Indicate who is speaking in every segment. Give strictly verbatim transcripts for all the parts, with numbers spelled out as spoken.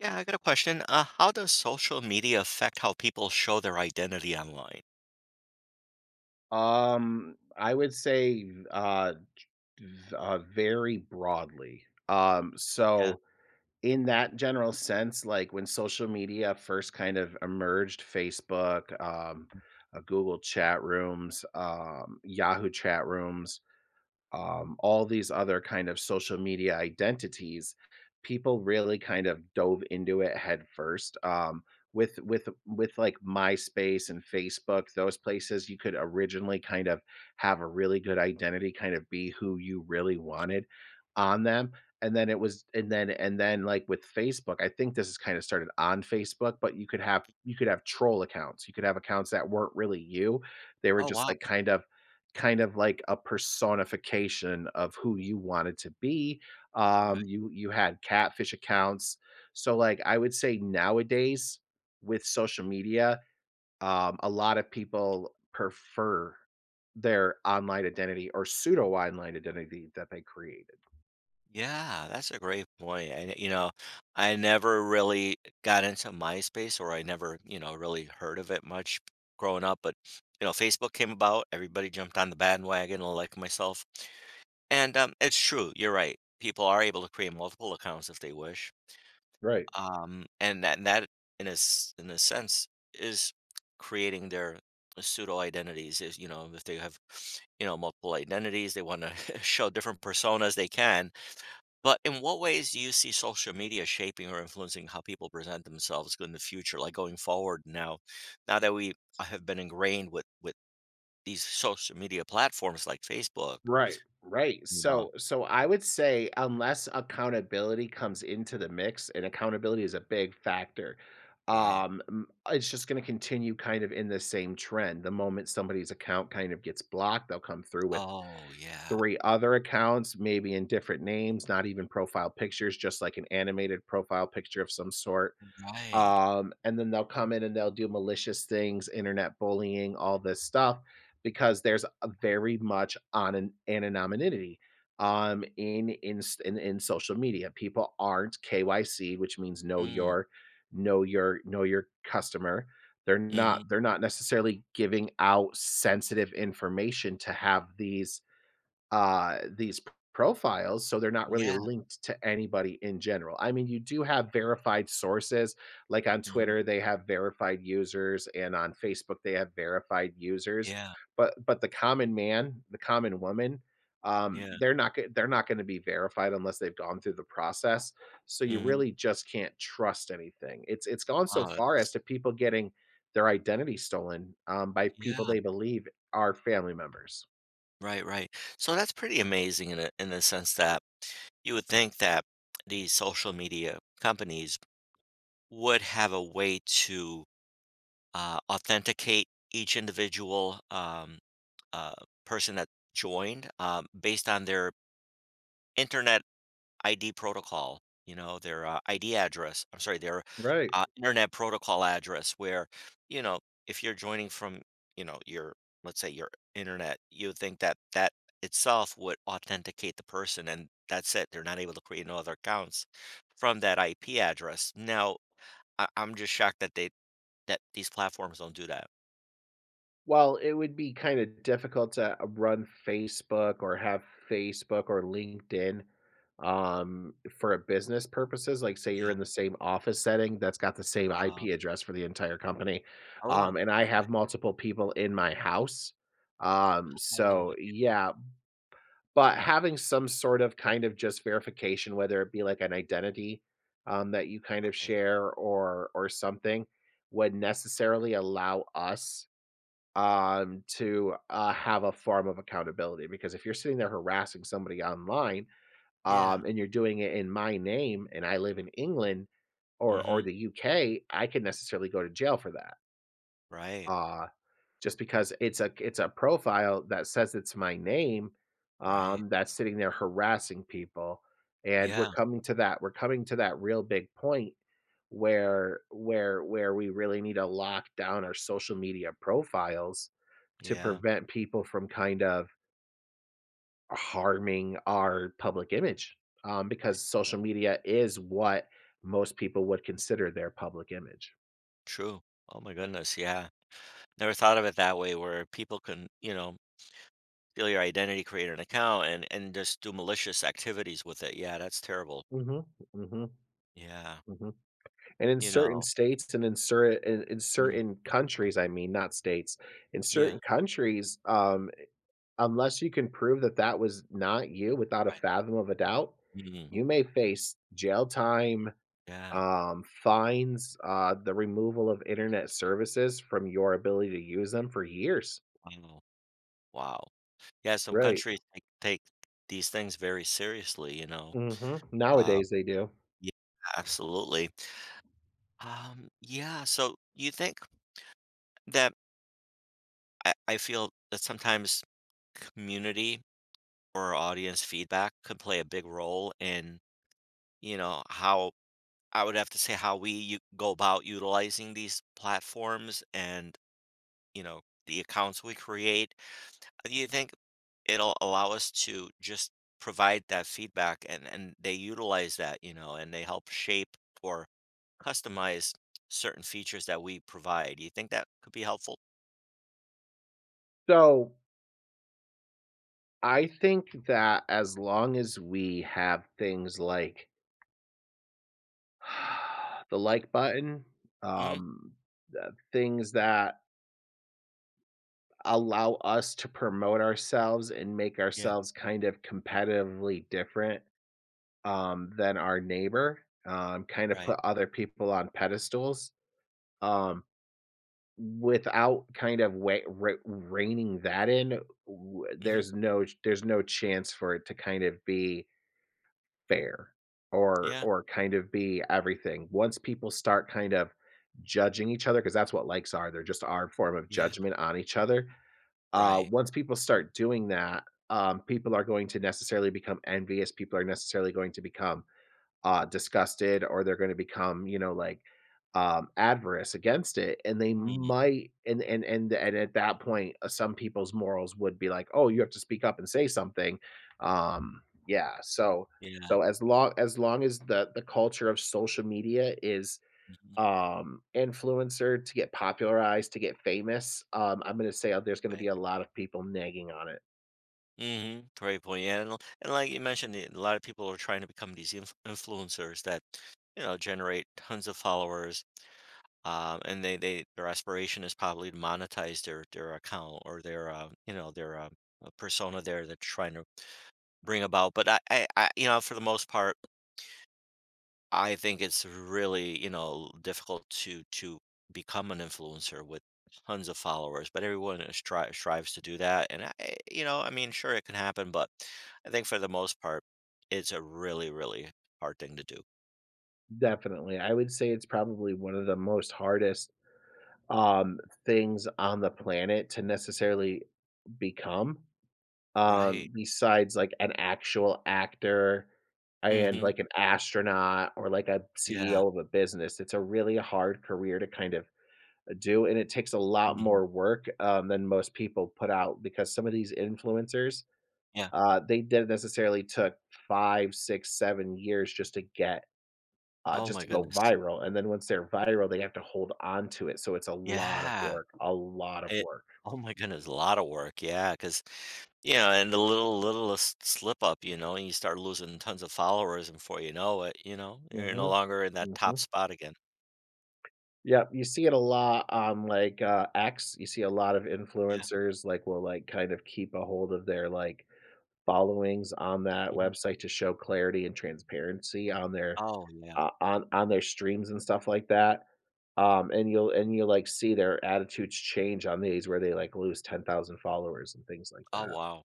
Speaker 1: Yeah, I got a question. Uh, how does social media affect how people show their identity online?
Speaker 2: Um, I would say, uh, v uh, very broadly. Um,
Speaker 1: Yeah.
Speaker 2: so in that general sense, like, when social media first kind of emerged, Facebook, um, uh, Google chat rooms, um, Yahoo chat rooms, um, all these other kind of social media identities, people really kind of dove into it head first. Um, with with with like MySpace and Facebook, those places you could originally kind of have a really good identity, kind of be who you really wanted on them. And then it was, and then and then like with Facebook, I think this is kind of started on Facebook, but you could have you could have troll accounts, you could have accounts that weren't really you, they were
Speaker 1: Oh,
Speaker 2: just
Speaker 1: wow.
Speaker 2: like kind of kind of like a personification of who you wanted to be.
Speaker 1: Right.
Speaker 2: Um, you you had catfish accounts. So like I would say nowadays with social media, um, a lot of people prefer their online identity or pseudo online identity that they created.
Speaker 1: Yeah, that's a great point. And, you know, I never really got into MySpace or I never, you know, really heard of it much growing up. But, you know, Facebook came about, everybody jumped on the bandwagon, like myself. And um, it's true. You're right. People are able to create multiple accounts if they wish.
Speaker 2: Right.
Speaker 1: Um, and that and that in a s in a sense is creating their pseudo identities is, you know, if they have, you know, multiple identities, they wanna show different personas they can. But in what ways do you see social media shaping or influencing how people present themselves in the future, like, going forward now now that we uh, have been ingrained with with these social media platforms like Facebook,
Speaker 2: Right, right.
Speaker 1: you know?
Speaker 2: So so I would say unless accountability comes into the mix, and accountability is a big factor,
Speaker 1: Right.
Speaker 2: um, mm, it's just gonna continue kind of in the same trend. The moment somebody's account kind of gets blocked, they'll come through with
Speaker 1: Oh, yeah.
Speaker 2: three other accounts, maybe in different names, not even profile pictures, just like an animated profile picture of some sort.
Speaker 1: Right.
Speaker 2: Um, and then they'll come in and they'll do malicious things, internet bullying, all this stuff, because there's a very much on an anonymity um, in, in in in social media. People aren't K Y C, which means know
Speaker 1: Mm.
Speaker 2: your know your know your customer. They're
Speaker 1: Mhm.
Speaker 2: not they're not necessarily giving out sensitive information to have these uh, these p profiles, so they're not really
Speaker 1: Yeah.
Speaker 2: linked to anybody in general. I mean, you do have verified sources, like on
Speaker 1: Mhm.
Speaker 2: Twitter, they have verified users, and on Facebook, they have verified users,
Speaker 1: Yeah.
Speaker 2: but but the common man, the common woman, um,
Speaker 1: Yeah.
Speaker 2: they're not go they're not gonna be verified unless they've gone through the process, so you
Speaker 1: Mhm.
Speaker 2: really just can't trust anything. It's it's gone so
Speaker 1: Wow,
Speaker 2: far
Speaker 1: that's
Speaker 2: as to people getting their identity stolen, um, by people
Speaker 1: yeah,
Speaker 2: they believe are family members.
Speaker 1: right, right. So that's pretty amazing in a in the sense that you would think that these social media companies would have a way to uh, authenticate each individual um, uh, person that joined um, based on their internet I D protocol, you know, their, uh, I D address. I'm sorry, their,
Speaker 2: Right.
Speaker 1: uh, internet protocol address where, you know, if you're joining from, you know, your, let's say your internet, you would think that that itself would authenticate the person, and that's it. They're not able to create no other accounts from that I P address. Now, I I'm just shocked that they that these platforms don't do that.
Speaker 2: Well, it would be kinda difficult to uh, run Facebook or have Facebook or LinkedIn, um, for a business purposes, like, say you're
Speaker 1: Yeah,
Speaker 2: in the same office setting that's got the same
Speaker 1: uh,
Speaker 2: I P address for the entire company,
Speaker 1: oh,
Speaker 2: um, and I have multiple people in my house, um,
Speaker 1: oh,
Speaker 2: so, yeah, but having some sort of kind of just verification, whether it be like an identity, um, that you kind of
Speaker 1: right.
Speaker 2: share or or something, would necessarily allow us um, to, uh, have a form of accountability, because if you're sitting there harassing somebody online,
Speaker 1: Yeah.
Speaker 2: um, and you're doing it in my name and I live in England or or
Speaker 1: Mhm.
Speaker 2: the U K, I could necessarily go to jail for that.
Speaker 1: Right,
Speaker 2: Uh just because it's a it's a profile that says it's my name,
Speaker 1: right.
Speaker 2: um, that's sitting there harassing people, and we're
Speaker 1: Yeah,
Speaker 2: coming to that we're coming to that real big point where where where we really need to lock down our social media profiles to
Speaker 1: yeah.
Speaker 2: prevent people from kind of harming our public image um, because social media is what most people would consider their public image.
Speaker 1: True. Oh my goodness. Yeah. Never thought of it that way where people can, you know, steal your identity, create an account and and just do malicious activities with it. Yeah, that's terrible.
Speaker 2: hmm hmm
Speaker 1: Yeah.
Speaker 2: hmm And in
Speaker 1: You
Speaker 2: certain
Speaker 1: know.
Speaker 2: states and in certain in in
Speaker 1: Mm,
Speaker 2: certain countries, I mean, not states, in
Speaker 1: yeah,
Speaker 2: certain countries, um, unless you can prove that that was not you without a
Speaker 1: right.
Speaker 2: fathom of a doubt,
Speaker 1: Mm,
Speaker 2: you may face jail time,
Speaker 1: yeah.
Speaker 2: um, fines, uh, the removal of internet services from your ability to use them for years.
Speaker 1: Wow. Wow. Yeah, some
Speaker 2: Right.
Speaker 1: countries take, take these things very seriously, you know.
Speaker 2: Mhm.
Speaker 1: Um,
Speaker 2: Nowadays, they do.
Speaker 1: yeah, absolutely. Um, yeah, so you think that I, I feel that sometimes community or audience feedback could play a big role in, you know, how I would have to say how we u- go about utilizing these platforms and, you know, the accounts we create. Do you think it'll allow us to just provide that feedback and, and they utilize that, you know, and they help shape or customize certain features that we provide? Do you think that could be helpful?
Speaker 2: So, I think that as long as we have things like the like button,
Speaker 1: Hmm.
Speaker 2: um, the things that allow us to promote ourselves and make
Speaker 1: Yeah,
Speaker 2: ourselves kind of competitively different, um, than our neighbor, um, kind of
Speaker 1: right.
Speaker 2: put other people on pedestals, um, without kind of wei rei reining that in, w
Speaker 1: Hmm.
Speaker 2: there's no there's no chance for it to kind of be fair or
Speaker 1: Yeah,
Speaker 2: or kind of be everything. Once people start kind of judging each other, because that's what likes are, they're just our form of
Speaker 1: yeah,
Speaker 2: judgment on each other. Uh,
Speaker 1: right.
Speaker 2: once people start doing that, um, people are going to necessarily become envious. People are necessarily going to become uh, disgusted or they're going to become, you know, like um, adverse against it, and they
Speaker 1: Mm,
Speaker 2: might, and and and and at that point, uh, some people's morals would be like, oh, you have to speak up and say something. Um, yeah, so
Speaker 1: yeah.
Speaker 2: so as long as long as the the culture of social media is
Speaker 1: Mhm.
Speaker 2: um influencer to get popularized to get famous, um I'm going to say uh, there's going to
Speaker 1: Right.
Speaker 2: be a lot of people nagging on it.
Speaker 1: Mhm. Great point. Yeah, and, l- and like you mentioned, a lot of people are trying to become these inf- influencers that, you know, generate tons of followers. Um, and they, they their aspiration is probably to monetize their their account or their uh, you know their uh, uh, persona there that they're trying to bring about. But I, I, I you know for the most part. I think it's really, you know, difficult to to become an influencer with tons of followers, but everyone is stri- strives to do that. And I, eh, you know, I mean, sure, it can happen, but I think for the most part, it's a really, really hard thing to do.
Speaker 2: Definitely. I would say it's probably one of the most hardest um, things on the planet to necessarily become, um,
Speaker 1: Right.
Speaker 2: besides like an actual actor and
Speaker 1: Mm-hmm.
Speaker 2: like an astronaut or like a
Speaker 1: Yeah.
Speaker 2: C E O of a business. It's a really hard career to kind of do, and it takes a lot
Speaker 1: Hmm.
Speaker 2: more work um, than most people put out because some of these influencers,
Speaker 1: Yeah.
Speaker 2: uh, they didn't necessarily took five, six, seven years just to get uh,
Speaker 1: Oh
Speaker 2: just
Speaker 1: my
Speaker 2: to go
Speaker 1: goodness.
Speaker 2: viral, and then once they're viral, they have to hold on to it, so it's a lot of
Speaker 1: Yeah.
Speaker 2: work, a lot of
Speaker 1: It
Speaker 2: work.
Speaker 1: oh my goodness, a lot of work, yeah. Because you know, and the little littlest slip up, you know, and you start losing tons of followers, and before you know it, you know, you're no
Speaker 2: Mhm,
Speaker 1: longer in that top
Speaker 2: mhm.
Speaker 1: spot again.
Speaker 2: Yep, you see it a lot on, like, uh, X, you see a lot of
Speaker 1: Yeah,
Speaker 2: influencers, like, will, like, kind of keep a hold of their, like, followings on that
Speaker 1: mhm.
Speaker 2: website to show clarity and transparency on their
Speaker 1: Oh, yeah.
Speaker 2: o on on their streams and stuff like that, um, and you'll and you like, see their attitudes change on these where they, like, lose ten thousand followers and things like
Speaker 1: Oh,
Speaker 2: that.
Speaker 1: wow.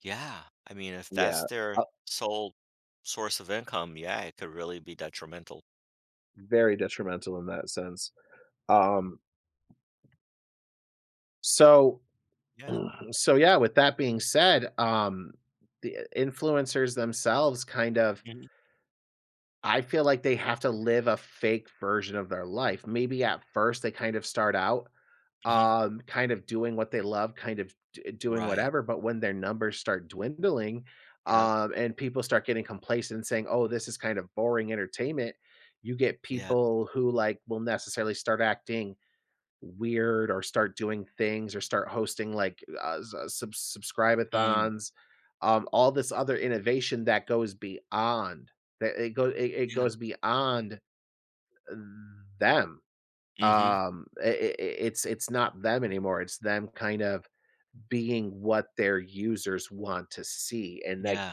Speaker 1: Yeah, I mean, if that's
Speaker 2: Yeah.
Speaker 1: their sole source of income, yeah, it could really be detrimental.
Speaker 2: Very detrimental in that sense. Um, so
Speaker 1: Yeah.
Speaker 2: so yeah, with that being said, um, the uh, influencers themselves kind of
Speaker 1: Mhm,
Speaker 2: I feel like they have to live a fake version of their life. Maybe at first they kind of start out,
Speaker 1: mhm.
Speaker 2: um, kind of doing what they love, kind of d doing
Speaker 1: Right.
Speaker 2: whatever, but when their numbers start dwindling,
Speaker 1: Yeah.
Speaker 2: um, and people start getting complacent and saying, "Oh, this is kind of boring entertainment," you get
Speaker 1: Yeah.
Speaker 2: people who, like, will necessarily start acting weird or start doing things or start hosting like uh, s- uh, sub-
Speaker 1: Mm,
Speaker 2: subscribe-a-thons, um, all this other innovation that goes beyond that it goes it, it
Speaker 1: yeah.
Speaker 2: goes beyond them.
Speaker 1: Mhm.
Speaker 2: Um, i i- i- it's it's not them anymore. It's them kind of being what their users want to see, and like
Speaker 1: Yeah,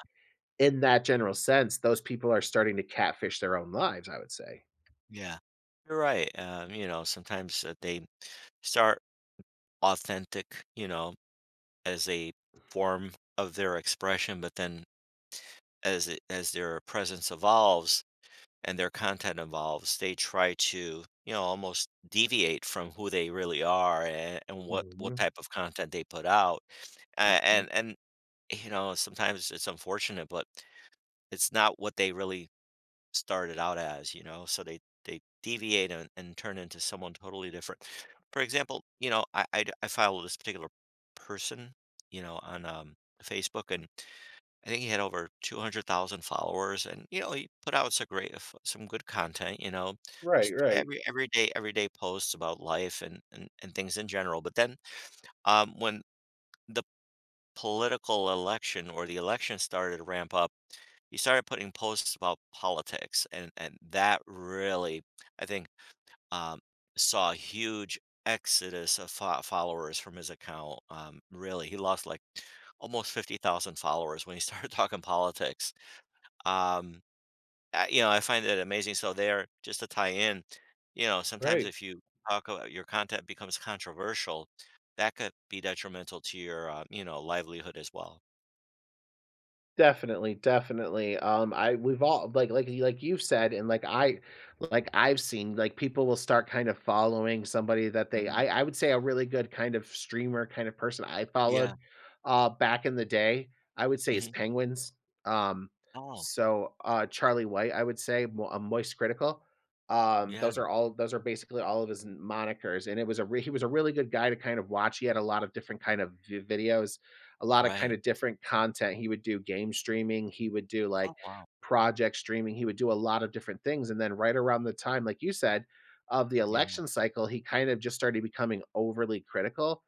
Speaker 2: in that general sense, those people are starting to catfish their own lives, I would say.
Speaker 1: yeah. You're right, um, you know, sometimes, uh, they start authentic, you know, as a form of their expression, but then as it, as their presence evolves and their content evolves, they try to, you know, almost deviate from who they really are and, and what what
Speaker 2: Mhm,
Speaker 1: type of content they put out. A-
Speaker 2: mhm.
Speaker 1: And and you know, sometimes it's unfortunate, but it's not what they really started out as, you know? So they they deviate and, and turn into someone totally different. For example, you know, I, I d- I follow this particular person, you know, on um, Facebook, and I think he had over two hundred thousand followers, and you know, he put out some great f- some good content, you know,
Speaker 2: Right,
Speaker 1: just
Speaker 2: right,
Speaker 1: every everyday everyday posts about life and and, and things in general. But then um, when the political election or the election started to ramp up he started putting posts about politics, and and that really, I think, um, saw a huge exodus of fo followers from his account, um, really, he lost, like, almost fifty thousand followers when he started talking politics, um, uh, you know, I find that amazing, so there just to tie in, you know, sometimes
Speaker 2: right.
Speaker 1: if you talk about your content becomes controversial, that could be detrimental to your, um, you know, livelihood as well.
Speaker 2: Definitely, definitely. Um, I we've all like like like you've said, and like I like I've seen like people will start kind of following somebody that they
Speaker 1: Mhm.
Speaker 2: I, I would say a really good kind of streamer kind of person I followed
Speaker 1: Yeah.
Speaker 2: uh back in the day, I would say is
Speaker 1: Mhm.
Speaker 2: Penguins. Um
Speaker 1: Oh,
Speaker 2: so uh Charlie White, I would say Mo- uh, Moist Critical. Um
Speaker 1: yeah,
Speaker 2: those are all those are basically all of his monikers and it was a re- he was a really good guy to kind of watch. He had a lot of different kind of vi- videos, a lot of kind
Speaker 1: right.
Speaker 2: of different content. He would do game streaming, he would do
Speaker 1: Oh,
Speaker 2: like
Speaker 1: wow.
Speaker 2: project streaming, he would do a lot of different things. And then right around the time, like you said, of the
Speaker 1: Yeah.
Speaker 2: election cycle, he kind of just started becoming overly critical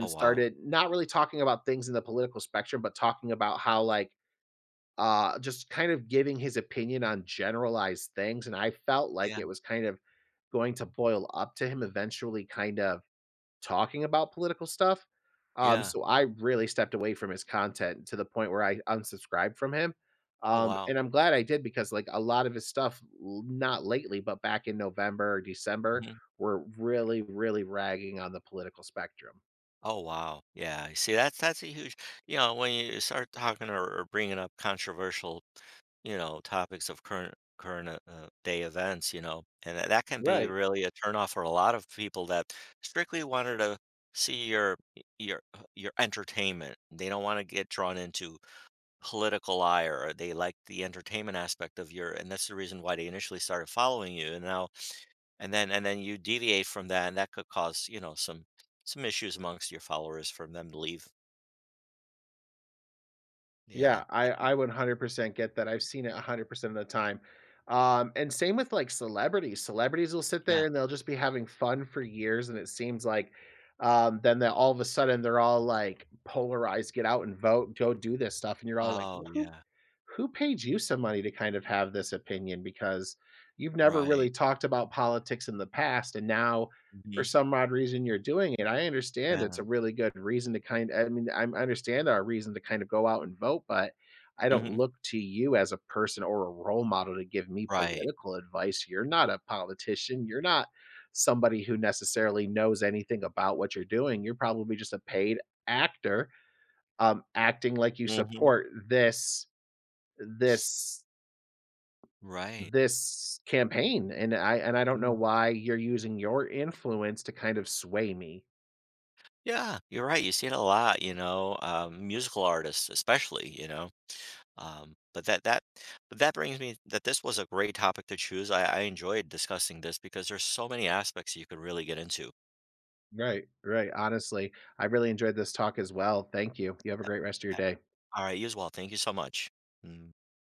Speaker 1: Oh, wow.
Speaker 2: started not really talking about things in the political spectrum, but talking about how like uh just kind of giving his opinion on generalized things. And I felt like
Speaker 1: Yeah,
Speaker 2: it was kind of going to boil up to him eventually kind of talking about political stuff. Um,
Speaker 1: yeah.
Speaker 2: so I really stepped away from his content to the point where I unsubscribed from him.
Speaker 1: Oh,
Speaker 2: Um,
Speaker 1: wow.
Speaker 2: and I'm glad I did because like a lot of his stuff, l- not lately, but back in November or December,
Speaker 1: Mhm.
Speaker 2: were really, really ragging on the political spectrum.
Speaker 1: Oh, wow. Yeah, see, that's that's a huge you know, when you start talking or or bringing up controversial, you know, topics of current current, uh, uh, day events, you know, and that that can be
Speaker 2: Right.
Speaker 1: really a turnoff for a lot of people that strictly wanted to see your your uh, your entertainment. They don't wanna get drawn into political ire, or they like the entertainment aspect of your and that's the reason why they initially started following you, and now and then and then you deviate from that and that could cause you know some some issues amongst your followers from them to leave yeah
Speaker 2: Yeah, I I would one hundred percent get that. I've seen it one hundred percent of the time. Um, and same with like celebrities. Celebrities will sit
Speaker 1: yeah
Speaker 2: there and they'll just be having fun for years, and it seems like um, then that all of a sudden they're all like polarized, get out and vote, go do this stuff, and you're all like,
Speaker 1: oh yeah
Speaker 2: who paid you some money to kind of have this opinion? Because you've never
Speaker 1: right
Speaker 2: really talked about politics in the past, and now for
Speaker 1: hmm
Speaker 2: some odd reason you're doing it. I understand it's
Speaker 1: yeah
Speaker 2: a really good reason to kind I mean, I understand our reason to kind of go out and vote, but I don't
Speaker 1: hmm
Speaker 2: look to you as a person or a role model to give me
Speaker 1: right
Speaker 2: political advice. You're not a politician. You're not somebody who necessarily knows anything about what you're doing. You're probably just a paid actor, um, acting like you
Speaker 1: hmm
Speaker 2: support this this
Speaker 1: right
Speaker 2: this campaign and I and I don't know
Speaker 1: yeah.
Speaker 2: why you're using your influence to kind of sway me.
Speaker 1: Yeah you're right you see it a lot you know um, musical artists especially you know um, but that that but that brings me that this was a great topic to choose i, I enjoyed discussing this because there's so many aspects you could really get into
Speaker 2: Right, right. Honestly, I really enjoyed this talk as well. Thank you. You have a great rest of your day.
Speaker 1: all right you as well thank you so much. Mm.